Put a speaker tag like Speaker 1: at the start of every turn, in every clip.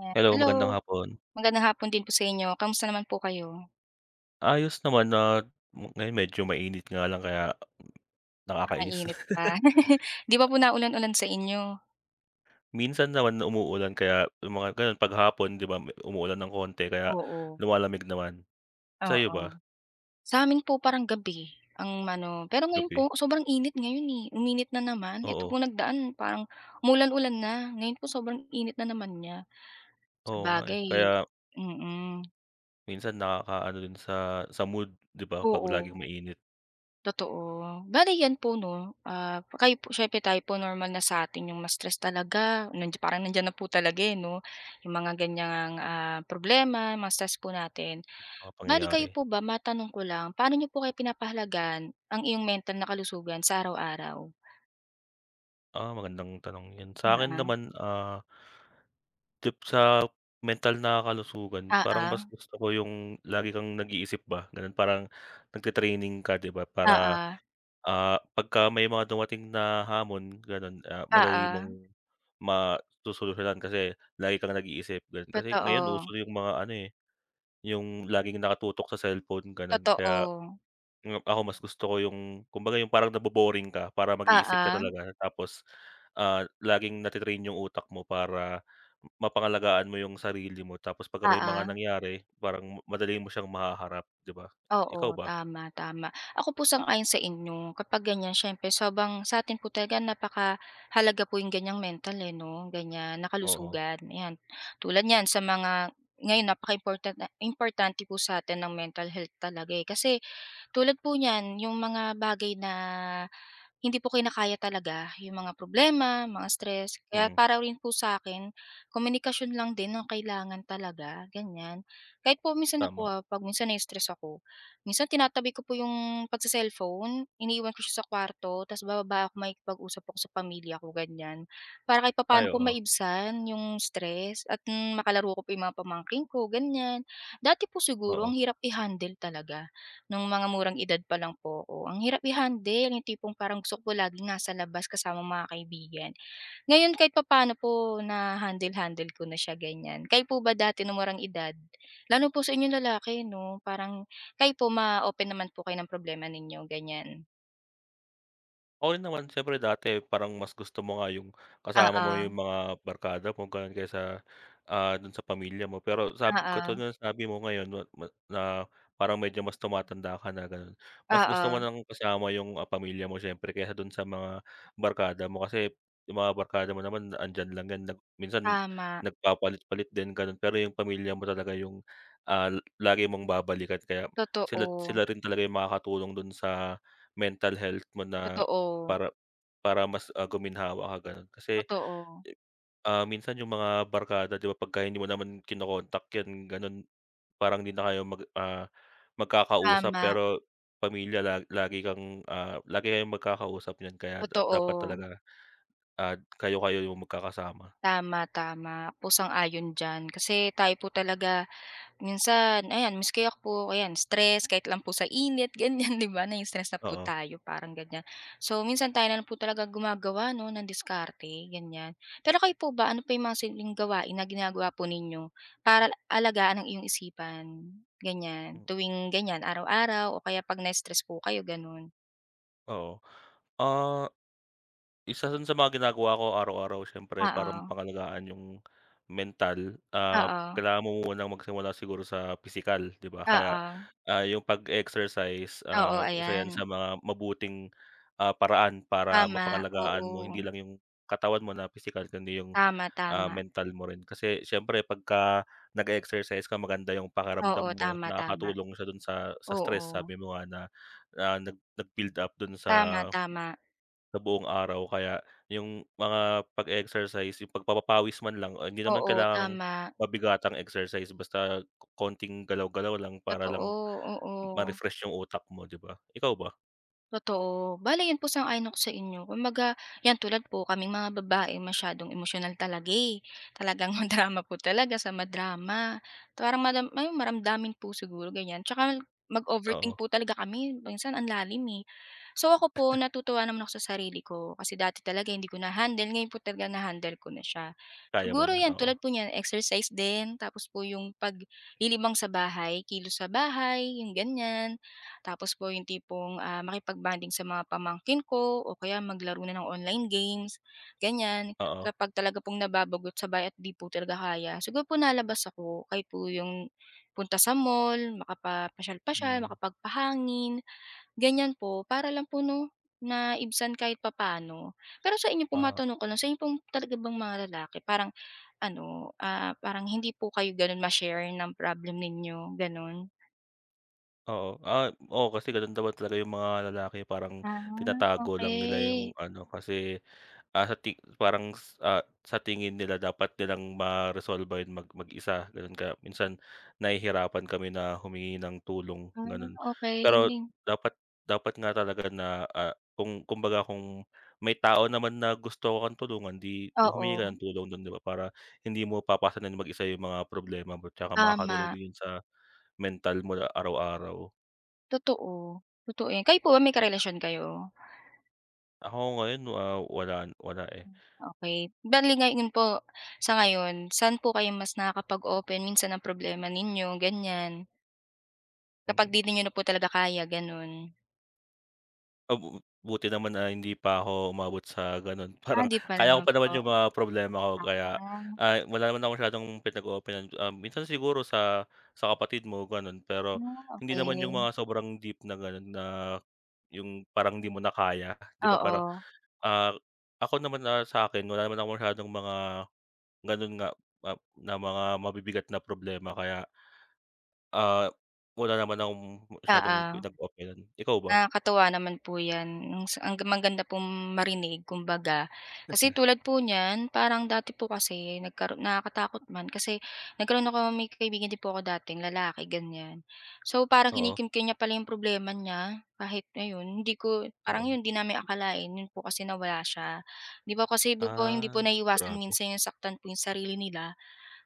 Speaker 1: Ayan,
Speaker 2: Hello,
Speaker 1: hello.
Speaker 2: magandang hapon.
Speaker 1: Magandang hapon din po sa inyo. Kamusta naman po kayo?
Speaker 2: Ayos naman at ngayon medyo mainit nga lang kaya
Speaker 1: Ang
Speaker 2: nakakainis.
Speaker 1: init pa. 'Di ba po naulan-ulan sa inyo?
Speaker 2: Minsan naman umuulan kaya yung mga gano'n 'pag hapon 'di ba umuulan ng konti kaya
Speaker 1: Oo,
Speaker 2: lumalamig naman. Sa'yo
Speaker 1: oo.
Speaker 2: ba,
Speaker 1: Sa amin po parang gabi ang ano pero ngayon
Speaker 2: gabi?
Speaker 1: po sobrang init ngayon, eh. Uminit na naman. Ito
Speaker 2: Oo.
Speaker 1: po nagdaan parang umulan-ulan na. Ngayon po sobrang init na naman niya. Sa
Speaker 2: Oo nga, eh.
Speaker 1: bagay,
Speaker 2: Kaya
Speaker 1: mm.
Speaker 2: minsan nakakaano din sa mood 'di ba 'pag
Speaker 1: Oo.
Speaker 2: laging mainit,
Speaker 1: Totoo. Bale 'yan po 'no, ah, kayo po siyempre tayo po normal na sa sa'tin yung mas stress talaga, nandiyan na po talaga, eh, 'no, yung mga ganiyang, problema, mga stress po natin.
Speaker 2: mga
Speaker 1: Bali kayo
Speaker 2: pangyayari.
Speaker 1: po ba, matanong ko lang, paano niyo po kaya pinapahalagan ang iyong mental na kalusugan sa araw-araw?
Speaker 2: Magandang tanong 'yan. Sa akin
Speaker 1: Oo.
Speaker 2: naman, tip sa mental na kalusugan parang
Speaker 1: Oo,
Speaker 2: mas gusto ko yung lagi kang nag-iisip ba, gano'n. Parang nagte-training ka 'di ba para,
Speaker 1: oo,
Speaker 2: pagka may mga dumating na hamon gano'n, madali
Speaker 1: oo,
Speaker 2: mong masusolusyunan kasi lagi kang nag-iisip gano'n. Kasi ngayon
Speaker 1: totoo,
Speaker 2: uso yung mga ano, eh, yung laging nakatutok sa cellphone. Gano'n kaya
Speaker 1: totoo.
Speaker 2: Ako mas gusto ko yung kumbaga yung parang nabo-boring ka para mag-iisip ka
Speaker 1: Oo,
Speaker 2: talaga tapos, laging nati-train yung utak mo para mapangalagaan mo yung sarili mo tapos pagka may mga
Speaker 1: oo.
Speaker 2: nangyari parang madali mo siyang mahaharap, 'di ba? Ikaw
Speaker 1: Oo,
Speaker 2: ba?
Speaker 1: tama, tama. Ako po sang-ayon sa inyo kapag ganyan siyempre sobrang sa'tin po talaga napakahalaga po yung ganyang mental, eh, 'no, ganyan
Speaker 2: Oo,
Speaker 1: kalusugan, ayan. Tulad niyan sa mga ngayon napakaimportant na importante po sa sa'tin ng mental health talaga, eh. Kasi tulad po niyan yung mga bagay na hindi po kinakaya talaga yung mga problema, mga stress. Kaya
Speaker 2: mm,
Speaker 1: para rin po sa akin komunikasyon lang din ang kailangan talaga, ganyan. Kahit po minsan ako,
Speaker 2: tama.
Speaker 1: 'pag minsan na-stress ako, minsan tinatabi ko po yung pagse-cellphone, iniiwan ko siya sa kwarto ta's bababa ako, makikipag-usap ako sa pamilya ko, ganyan. Para kahit
Speaker 2: Ay,
Speaker 1: paano po
Speaker 2: oo,
Speaker 1: maibsan yung stress at makalaro ko po yung mga pamangking ko, ganyan. Dati po siguro ang
Speaker 2: oo.
Speaker 1: hirap i-handle talaga. Nung mga murang edad pa lang po ako, ang hirap i-handle yung tipong parang gusto ko laging nasa labas kasama mga kaibigan. Ngayon kahit papaano po na-handle-handle ko na siya ganyan. Kayo po ba dati nung murang edad? Lalo po sa inyong lalaki 'no, parang kayo po ma-open naman po kayo ng problema ninyo ganyan?
Speaker 2: Oo rin naman, siyempre dati parang mas gusto mo nga yung kasama mo yung
Speaker 1: Oo,
Speaker 2: mga barkada mo gano'n kaysa, do'n sa pamilya mo. Pero sabi
Speaker 1: oo,
Speaker 2: katulad ng sabi mo ngayon wa ma na parang medyo mas tumatanda ka na gano'n, mas gusto mo
Speaker 1: oo,
Speaker 2: ng kasama yung, pamilya mo siyempre kaysa do'n sa mga barkada mo. Kasi yung mga barkada mo naman andiyan lang 'yan minsan
Speaker 1: tama,
Speaker 2: nagpapalit-palit din gano'n, pero yung pamilya mo talaga yung, lagi mong babalikan kaya
Speaker 1: totoo,
Speaker 2: sila sila rin talaga yung makakatulong do'n sa mental health mo na
Speaker 1: totoo,
Speaker 2: para para mas, guminhawa ka gano'n. Kasi,
Speaker 1: totoo,
Speaker 2: minsan yung mga barkada 'di ba pagka hindi mo naman kino-contact 'yan gano'n, parang hindi na kayo magkakausap.
Speaker 1: tama,
Speaker 2: Pero pamilya, la lagi kang, ah, lagi kayong magkakausap niyan kaya dapat
Speaker 1: totoo,
Speaker 2: talaga, kayo-kayo yung magkakasama.
Speaker 1: tama, tama, ako po sang-ayon diyan. Kasi tayo po talaga minsan ayan maski ako po ayan stress kahit lang po sa init ganyan 'di ba, na stress na po
Speaker 2: Oo,
Speaker 1: tayo parang ganyan. So minsan tayo na lang po talaga gumagawa 'no ng diskarte ganyan. Pero kayo po ba ano pa yung mga simpleng gawain na ginagawa po ninyo para alagaan ang iyong isipan, ganyan,
Speaker 2: hmm,
Speaker 1: tuwing ganyan araw-araw o kaya 'pag na-stress po kayo gano'n?
Speaker 2: oo. Ah Isa dun sa mga ginagawa ko araw-araw siyempre para
Speaker 1: Oo,
Speaker 2: pangalagaan yung mental,
Speaker 1: oo,
Speaker 2: kailangan mo munang magsimula siguro sa pisikal, 'di ba? Kaya,
Speaker 1: oo,
Speaker 2: yung pag-exercise,
Speaker 1: oo
Speaker 2: isa
Speaker 1: ayan,
Speaker 2: yan sa mga mabuting, paraan para
Speaker 1: tama, oo,
Speaker 2: mapangalagaan mo hindi lang yung katawan mo na pisikal kundi yung,
Speaker 1: tama, tama,
Speaker 2: mental mo rin. Kasi siyempre pagka nag-e-exercise ka maganda yung pakiramdam
Speaker 1: oo,
Speaker 2: mo,
Speaker 1: tama, tama,
Speaker 2: nakakatulong siya dun sa stress
Speaker 1: oo,
Speaker 2: sabi mo nga na, nag-build up dun
Speaker 1: tama,
Speaker 2: sa
Speaker 1: tama.
Speaker 2: buong araw kaya yung mga pag-exercise, yung pagpapapawis man lang, hindi naman
Speaker 1: Oo,
Speaker 2: kailangang
Speaker 1: tama.
Speaker 2: mabigatang exercise, basta konting galaw-galaw lang para
Speaker 1: Totoo,
Speaker 2: lang
Speaker 1: oo.
Speaker 2: ma-refresh yung utak mo, 'di ba? Ikaw ba?
Speaker 1: Totoo. Bale 'yan po sang-ayon ako sa inyo. Kumbaga 'yan tulad po kaming mga babae masyadong emosyonal talaga, eh. Talagang madrama po talaga sa madrama. Parang madam ay maramdamin po siguro ganyan. Tsaka
Speaker 2: Oo,
Speaker 1: mag-overthink po talaga kami, minsan ang lalim, eh. So ako po natutuwa naman ako sa sarili ko kasi dati talaga hindi ko na-handle, ngayon po talaga na-handle ko na siya.
Speaker 2: kaya mo
Speaker 1: Siguro
Speaker 2: na,
Speaker 1: 'yan
Speaker 2: oo.
Speaker 1: tulad po niyan exercise din, tapos po yung paglilibang sa bahay, kilos sa bahay, yung ganyan. Tapos po yung tipong, makipag-bonding sa mga pamangkin ko o kaya maglaro na ng online games, ganyan.
Speaker 2: Oo,
Speaker 1: Kapag talaga pong nababagot sabay at di po talaga kaya, siguro po nalabas ako kahit po yung punta sa mall, makapapasyal-pasyal,
Speaker 2: hmm,
Speaker 1: makapagpahangin, ganyan po. Para lang po 'no, na ibsan kahit papaano. Pero sa inyo po
Speaker 2: ah,
Speaker 1: matanong ko lang, sa inyo pong talaga bang mga lalaki parang ano, parang hindi po kayo gano'n ma-share ng problem ninyo, gano'n?
Speaker 2: oo, oo kasi gano'n naman talaga yung mga lalaki, parang
Speaker 1: Ah,
Speaker 2: tinatago lang nila yung
Speaker 1: okay
Speaker 2: ano kasi Ah, sa ti parang s ah, sa tingin nila dapat nilang maresolba yun mag-isa, ganun. Kaya minsan nahihirapan kami na humingi ng tulong,
Speaker 1: Ah,
Speaker 2: ganun.
Speaker 1: okey.
Speaker 2: Pero dapat dapat nga talaga na, kung kumbaga kung may tao naman na gusto kang tulungan, 'di humingi
Speaker 1: Oo,
Speaker 2: ka ng tulong dun, 'di ba? Para hindi mo papasanin mag-isa yung mga problema mo tsaka makakatulong
Speaker 1: tama,
Speaker 2: din yun sa mental mo na araw-araw.
Speaker 1: totoo, totoo 'yan. Kayo po ba may karelasyon kayo?
Speaker 2: Ako ngayon, wala wala, eh.
Speaker 1: Okey, bale ngayon po, sa ngayon, saan po kayo mas nakakapag-open minsan ng problema ninyo, ganyan kapag
Speaker 2: Mm.
Speaker 1: 'di ninyo na po talaga kaya, gano'n?
Speaker 2: Ab Buti naman na hindi pa ako umabot sa gano'n.
Speaker 1: Ah,
Speaker 2: Parang
Speaker 1: 'di pa
Speaker 2: kaya ko
Speaker 1: naman
Speaker 2: pa
Speaker 1: po.
Speaker 2: naman yung mga problema ko
Speaker 1: Ah,
Speaker 2: kaya,
Speaker 1: ah,
Speaker 2: wala naman ako masyadong pinag-oopenan. Minsan siguro sa kapatid mo gano'n, pero hindi naman yung
Speaker 1: okey.
Speaker 2: mga sobrang deep na gano'n, na yung parang hindi mo na kaya, 'di ba? Para,
Speaker 1: Oo,
Speaker 2: ah, ako naman, sa akin, wala naman akong masyadong mga gano'n nga, na mga mabibigat na problema kaya, ah, wala naman akong masyadong
Speaker 1: oo.
Speaker 2: pinag-oopenan. Ikaw ba?
Speaker 1: Nakakatuwa naman po 'yan, ang maganda pong marinig kumbaga. Kasi tulad po niyan, parang dati po kasi nagkaroon nakakatakot man kasi nagkaroon ako may kaibigan din po ako dating lalaki, ganyan. So, parang
Speaker 2: Oo,
Speaker 1: kinikimkim niya pala yung problema niya kahit ayun, hindi ko
Speaker 2: oo.
Speaker 1: parang yun, 'di namin akalain, yun po kasi nawala siya. 'Di ba kasi 'di po hindi
Speaker 2: Ah,
Speaker 1: po naiiwasan
Speaker 2: grabe.
Speaker 1: minsan yung saktan po yung sarili nila.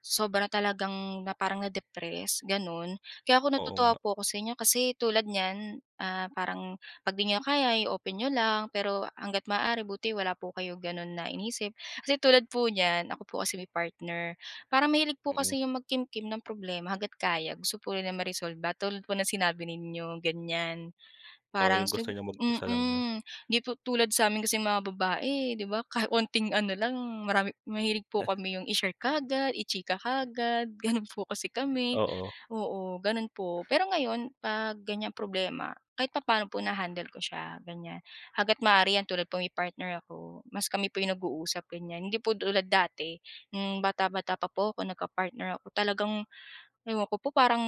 Speaker 1: Sobra talagang na parang na-depress, gano'n. Kaya ako
Speaker 2: Oo nga,
Speaker 1: natutuwa po ako sa inyo kasi tulad niyan, parang 'pag 'di niyo kaya i-open niyo lang, pero hangga't maaari buti wala po kayo gano'n na inisip. Kasi tulad po niyan, ako po kasi may partner, parang mahilig po
Speaker 2: mm.
Speaker 1: kasi yung magkimkim ng problema hangga't kaya, gusto po rin na ma-resolve ba, tulad po ng sinabi ninyo, ganyan.
Speaker 2: Oo,
Speaker 1: Parang
Speaker 2: yung gusto
Speaker 1: sigu
Speaker 2: niya mag-isa lang niya.
Speaker 1: mm. 'Di po tulad sa'min kasing mga babae 'di ba ka konting ano lang mahilig po kami yung i-share kaagad, i-chika kaagad, gano'n po kasi kami.
Speaker 2: Oo,
Speaker 1: Oo, gano'n po. Pero ngayon 'pag ganyang problema, kahit papaano po na-handle ko siya, ganyan. Hangga't maaari 'yan tulad po may partner ako, mas kami po yung nag-uusap, ganyan. Hindi po tulad dati, nung bata-bata pa po ako nagka-partner ako, talagang ewan ko po parang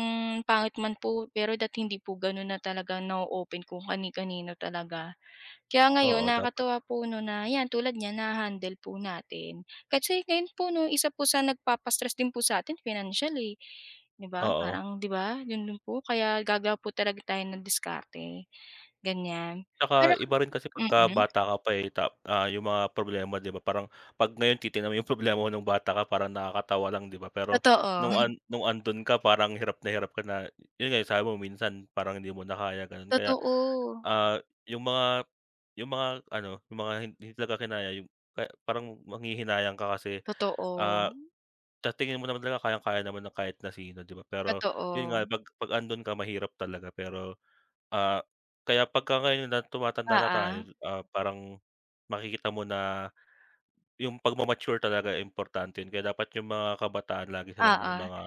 Speaker 1: pangit man po, pero dati hindi po gano'n na talaga na open kung kani-kanino talaga. Kaya ngayon
Speaker 2: oo dapat,
Speaker 1: nakakatuwa po 'no na 'yan tulad niyan na handle po natin. Kasi ngayon po 'no isa po sa nagpapa-stress din po sa'tin financial, eh, 'di ba?
Speaker 2: oo.
Speaker 1: Parang 'di ba, yun din po kaya gagawa po talaga tayo ng diskarte, ganyan.
Speaker 2: Tsaka
Speaker 1: Pero ka
Speaker 2: iba rin kasi pagka
Speaker 1: mm,
Speaker 2: bata ka pa, eh, yung mga problema 'di ba, parang 'pag ngayon titignan mo yung problema mo nung bata ka parang nakakatawa lang 'di ba, pero
Speaker 1: totoo,
Speaker 2: nung andun ka parang hirap na hirap ka na, yun nga, yung sabi mo minsan parang hindi mo na kaya ganun. Kaya,
Speaker 1: totoo,
Speaker 2: ah, yung mga yung mga yung mga hindi talaga kinaya yung kaya parang manghihinayang ka kasi.
Speaker 1: totoo,
Speaker 2: ah Sa tingin mo naman talaga kayang-kaya naman ng kahit na sino, 'di ba? Pero yun
Speaker 1: totoo.
Speaker 2: nga, 'pag andun ka mahirap talaga pero, ah, kaya pagka ngayon na tumatanda na tayo,
Speaker 1: Oo,
Speaker 2: parang makikita mo na yung pagma-mature, talaga importante yun. Kaya dapat yung mga kabataan lagi silang
Speaker 1: oo,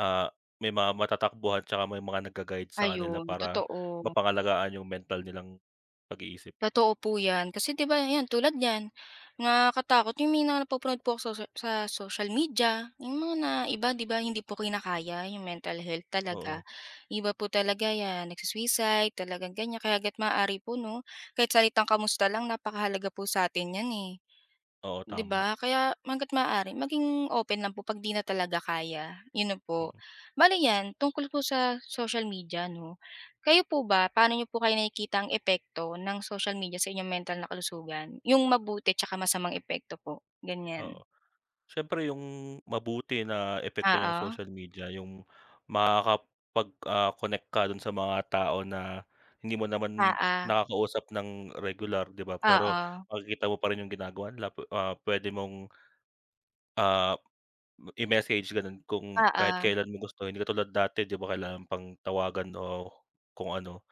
Speaker 2: ah, may mga matatakbuhan tsaka may mga nagga-guide sa kanila
Speaker 1: ayun,
Speaker 2: para
Speaker 1: totoo.
Speaker 2: mapangalagaan yung mental nilang pag-iisip.
Speaker 1: Totoo po 'yan. Kasi 'di ba 'yan, tulad niyan, nakakatakot yung mga napapanood po ako sa social media, yung mga na iba 'di ba hindi po kinakaya yung mental health talaga.
Speaker 2: Oo,
Speaker 1: Iba po talaga 'yan, nagsu-suicide, talagang ganyan. Kaya gat maaari po 'no, kahit salitang kamusta lang napakahalaga po sa atin 'yan, eh.
Speaker 2: oo
Speaker 1: 'Di
Speaker 2: tama,
Speaker 1: ba? Kaya hangga't maaari maging open lang po 'pag 'di na talaga kaya, yun na po.
Speaker 2: mm,
Speaker 1: Bale 'yan, tungkol po sa social media 'no, kayo po ba, paano niyo po kaya nakikita ang epekto ng social media sa inyong mental na kalusugan? Yung mabuti tsaka masamang epekto po,
Speaker 2: oo.
Speaker 1: ganyan.
Speaker 2: Siyempre yung mabuti na epekto niyang
Speaker 1: Oo,
Speaker 2: social media, yung makakapag, connect ka dun sa mga tao na hindi mo naman
Speaker 1: oo,
Speaker 2: nakakausap ng regular, 'di ba? Pero
Speaker 1: oo,
Speaker 2: makikita mo pa rin yung ginagawa nila, pwede mong, ah, i-message ganun kung kahit
Speaker 1: oo,
Speaker 2: kailan mo gusto. Hindi katulad dati, 'di ba, kailangan pang tawagan o kung ano.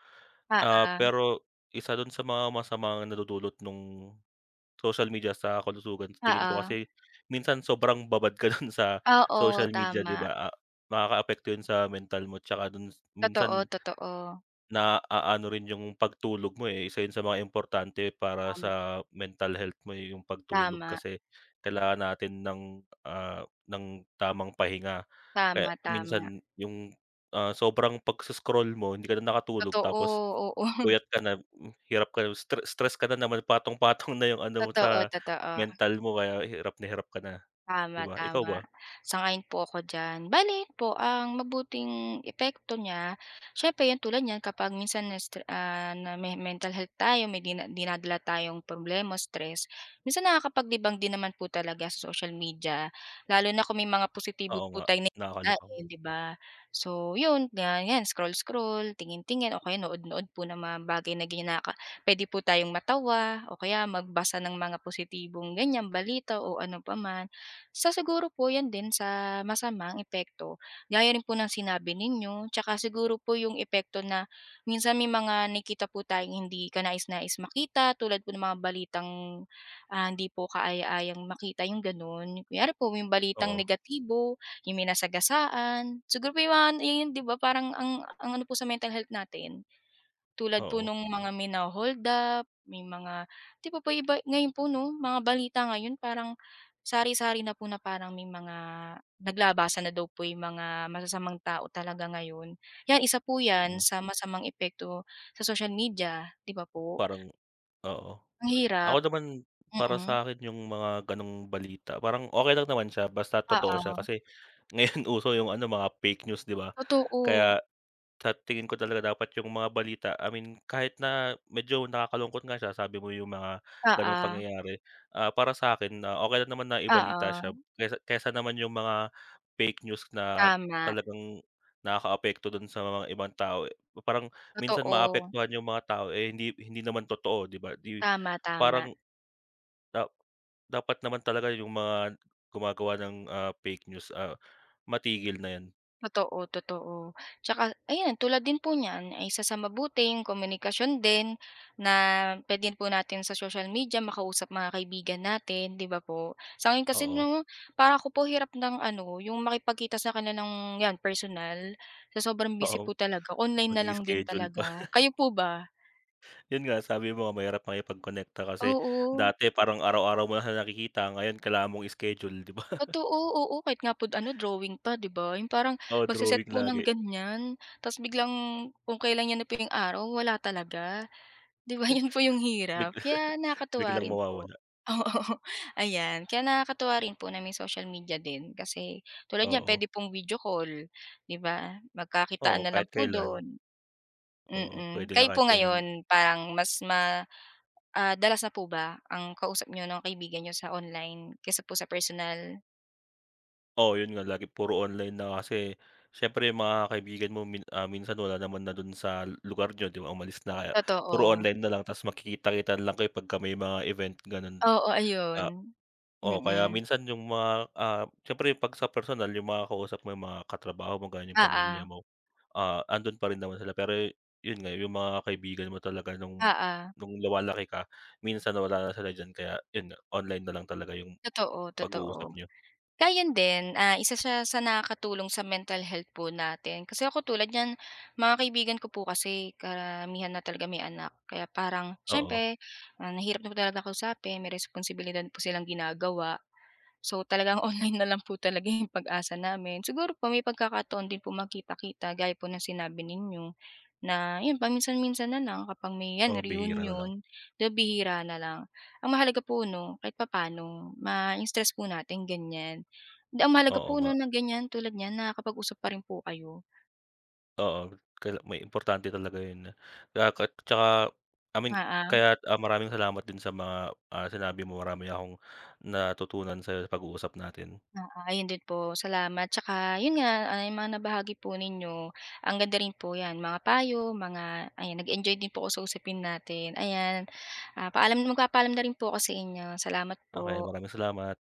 Speaker 2: Ah,
Speaker 1: oo,
Speaker 2: pero isa dun sa mga masamang nadudulot nung social media sa kalusugan sa tingin ko
Speaker 1: oo.
Speaker 2: kasi minsan sobrang babad ka dun sa
Speaker 1: Oo,
Speaker 2: social media, 'di
Speaker 1: tama.
Speaker 2: ba, nakakaapekto yun sa mental mo tsaka dun
Speaker 1: Totoo,
Speaker 2: minsan
Speaker 1: totoo.
Speaker 2: naaano rin yung pagtulog mo, eh, isa yun sa mga importante para
Speaker 1: Tama,
Speaker 2: sa mental health mo, eh, yung pagtulog,
Speaker 1: tama,
Speaker 2: kasi kailangan natin ng, ng tamang pahinga. Kaya
Speaker 1: tama, tama.
Speaker 2: minsan yung, sobrang pagso-scroll mo hindi ka na nakatulog
Speaker 1: Totoo,
Speaker 2: tapos
Speaker 1: oo.
Speaker 2: puyat ka na, hirap ka na, stress ka na naman, patong-patong na yung ano mo
Speaker 1: Totoo,
Speaker 2: sa
Speaker 1: totoo.
Speaker 2: mental mo kaya hirap na hirap ka na, 'di
Speaker 1: Tama,
Speaker 2: ba? Ikaw ba?
Speaker 1: tama. Sang-ayon po ako diyan. Bale po ang mabuting epekto niya, syempre 'yan tulad niyan kapag minsan na may mental health tayo, may dina dinadala tayong problema, stress, minsan nakakapaglibang din naman po talaga sa social media, lalo na kung may mga positibo
Speaker 2: Oo
Speaker 1: po
Speaker 2: nga,
Speaker 1: tayong nakikita,
Speaker 2: nakakalimutan.
Speaker 1: eh, 'di ba? So 'yun, na 'yan scroll-scroll, tingin-tingin o kaya nood-nood po ng mga bagay na ganyan nakaka puwede po tayong matawa o kaya magbasa ng mga positibong ganyan balita o ano pa man. Sa siguro po 'yan din sa masamang epekto, gaya rin po ng sinabi ninyo, tsaka siguro po yung epekto na minsan may mga nakita po tayong hindi kanais-nais makita tulad po ng mga balitang, hindi po kaaya-ayang makita yung gano'n. Kunyari po yung balitang
Speaker 2: Oo,
Speaker 1: negatibo, yung may nasagasaan, siguro po yung mga yun 'di ba parang ang ano po sa mental health natin tulad po
Speaker 2: oo,
Speaker 1: nung mga mina-hold up, may mga 'di ba po iba ngayon po 'no, mga balita ngayon parang sari-sari na po na parang may mga naglabasan na daw po yung mga masasamang tao talaga ngayon. 'Yan, isa po 'yan
Speaker 2: mm,
Speaker 1: sa masamang epekto sa social media, 'di ba po?
Speaker 2: parang oo.
Speaker 1: Ang
Speaker 2: Ako
Speaker 1: hirap,
Speaker 2: naman, para
Speaker 1: mm.
Speaker 2: sa akin yung mga gano'ng balita parang okey lang naman siya basta totoo siya
Speaker 1: Oo,
Speaker 2: kasi ngayon uso yung ano, mga fake news, 'di ba?
Speaker 1: totoo.
Speaker 2: Kaya sa tingin ko talaga dapat yung mga balita, I mean kahit na medyo nakakalungkot nga siya, sabi mo yung mga gano'ng
Speaker 1: Oo,
Speaker 2: pangyayari, para sa akin na okey lang naman na ibalita siya
Speaker 1: oo,
Speaker 2: kaysa kaysa naman yung mga fake news na
Speaker 1: tama.
Speaker 2: talagang nakakaapekto dun sa mga ibang tao, eh. Parang minsan
Speaker 1: Totoo.
Speaker 2: maapektuhan yung mga tao, eh, hindi hindi naman totoo, 'di ba?
Speaker 1: Tama, tama.
Speaker 2: Parang dap dapat naman talaga yung mga gumagawa ng, fake news, matigil na 'yan.
Speaker 1: Totoo, totoo. Tsaka ayan, tulad din po niyan, ay isa sa mabuting komunikasyon din na puwede po natin sa social media makausap mga kaibigan natin, 'di ba po? Sa'kin kasi
Speaker 2: Oo,
Speaker 1: 'no, para ako po hirap ng ano, yung makipagkita sa kanila ng 'yan personal, sa sobrang busy
Speaker 2: oo,
Speaker 1: po talaga, online
Speaker 2: mag
Speaker 1: na lang din
Speaker 2: schedule pa.
Speaker 1: talaga. Kayo po ba?
Speaker 2: 'Yun nga, sabi mo nga mahirap makipagkonekta kasi
Speaker 1: Oo,
Speaker 2: dati parang araw-araw mo lang siya nakikita, ngayon kailangan mong i-schedule, 'di ba?
Speaker 1: totoo, oo. Kahit nga po ano, drawing pa, 'di ba? Yung parang
Speaker 2: Oo,
Speaker 1: magse-set
Speaker 2: drawing
Speaker 1: po ng
Speaker 2: lagi.
Speaker 1: ganiyan, ta's biglang kung kailan niya na po yung araw, wala talaga. 'Di ba, yun po yung hirap
Speaker 2: Bigla
Speaker 1: kaya nakakatuwa
Speaker 2: Biglang
Speaker 1: rin po.
Speaker 2: mawawala.
Speaker 1: Oo, ayan. Kaya nakakatuwa rin po na may social media din kasi tulad niyan
Speaker 2: Oo,
Speaker 1: puwede pong video call, 'di ba?
Speaker 2: oo,
Speaker 1: Magkakitaan na lang
Speaker 2: kahit
Speaker 1: po
Speaker 2: kailan.
Speaker 1: dun,
Speaker 2: Oo,
Speaker 1: mm.
Speaker 2: pwede na
Speaker 1: Kayo
Speaker 2: kahit
Speaker 1: po
Speaker 2: kailan.
Speaker 1: ngayon parang mas ma ah, dalas na po ba ang kausap niyo ng kaibigan niyo sa online kaysa po sa personal?
Speaker 2: Oo, yun nga, lagi puro online na kasi siyempre yung mga kaibigan mo minsan wala naman na dun sa lugar niyo, 'di ba, umalis na, kaya puro
Speaker 1: Totoo.
Speaker 2: online na lang tapos makikita kita lang kayo pagka may mga event ganun.
Speaker 1: Oo, ayun.
Speaker 2: Ah, Oo, kaya
Speaker 1: Mm.
Speaker 2: minsan yung mga, siyempre 'pag sa personal yung mga kausap mo, yung mga katrabaho mo, ganyan, yung pamilya
Speaker 1: Oo,
Speaker 2: mo, andun pa rin naman sila, pero yun nga yung mga kaibigan mo talaga nung
Speaker 1: oo.
Speaker 2: lumalaki ka, minsan wala na sila diyan kaya yun nga online na lang talaga yung
Speaker 1: Totoo, totoo.
Speaker 2: pag-uusap niyo.
Speaker 1: Gayun din, isa siya sa nakakatulong sa mental health po natin. Kasi ako tulad niyan, mga kaibigan ko po kasi karamihan na talaga may anak. Kaya parang
Speaker 2: Oo,
Speaker 1: siyempre, mahirap na po talaga kausapin, may responsibilidad po silang ginagawa. So, talagang online na lang po talaga yung pag-asa namin. Siguro po may pagkakataon din po magkita-kita gaya po ng sinabi ninyo na yun paminsan-minsan na lang kapag may yan
Speaker 2: oo bihira na lang,
Speaker 1: reunion, though bihira na lang. Ang mahalaga po 'no, kahit papaano ma-stress po natin ganyan. Ang mahalaga
Speaker 2: oo
Speaker 1: po
Speaker 2: nga.
Speaker 1: 'no na ganyan, tulad niyan nakakapag-usap pa rin po kayo.
Speaker 2: Oo, may importante talaga yun na kaya, tsaka I mean,
Speaker 1: Ah,
Speaker 2: kaya,
Speaker 1: ah.
Speaker 2: maraming salamat din sa mga, sinabi mo, marami akong natutunan sa pag-uusap natin.
Speaker 1: Oo, ayun din po, salamat. Tsaka yun nga, yung mga nabahagi po ninyo, ang ganda rin po 'yan, mga payo, mga ayan, nag-enjoy din po ako sa usapin natin. Ayan, paalam magpapaalam na rin po ako sa inyo. Salamat
Speaker 2: Okey,
Speaker 1: po.
Speaker 2: maraming salamat.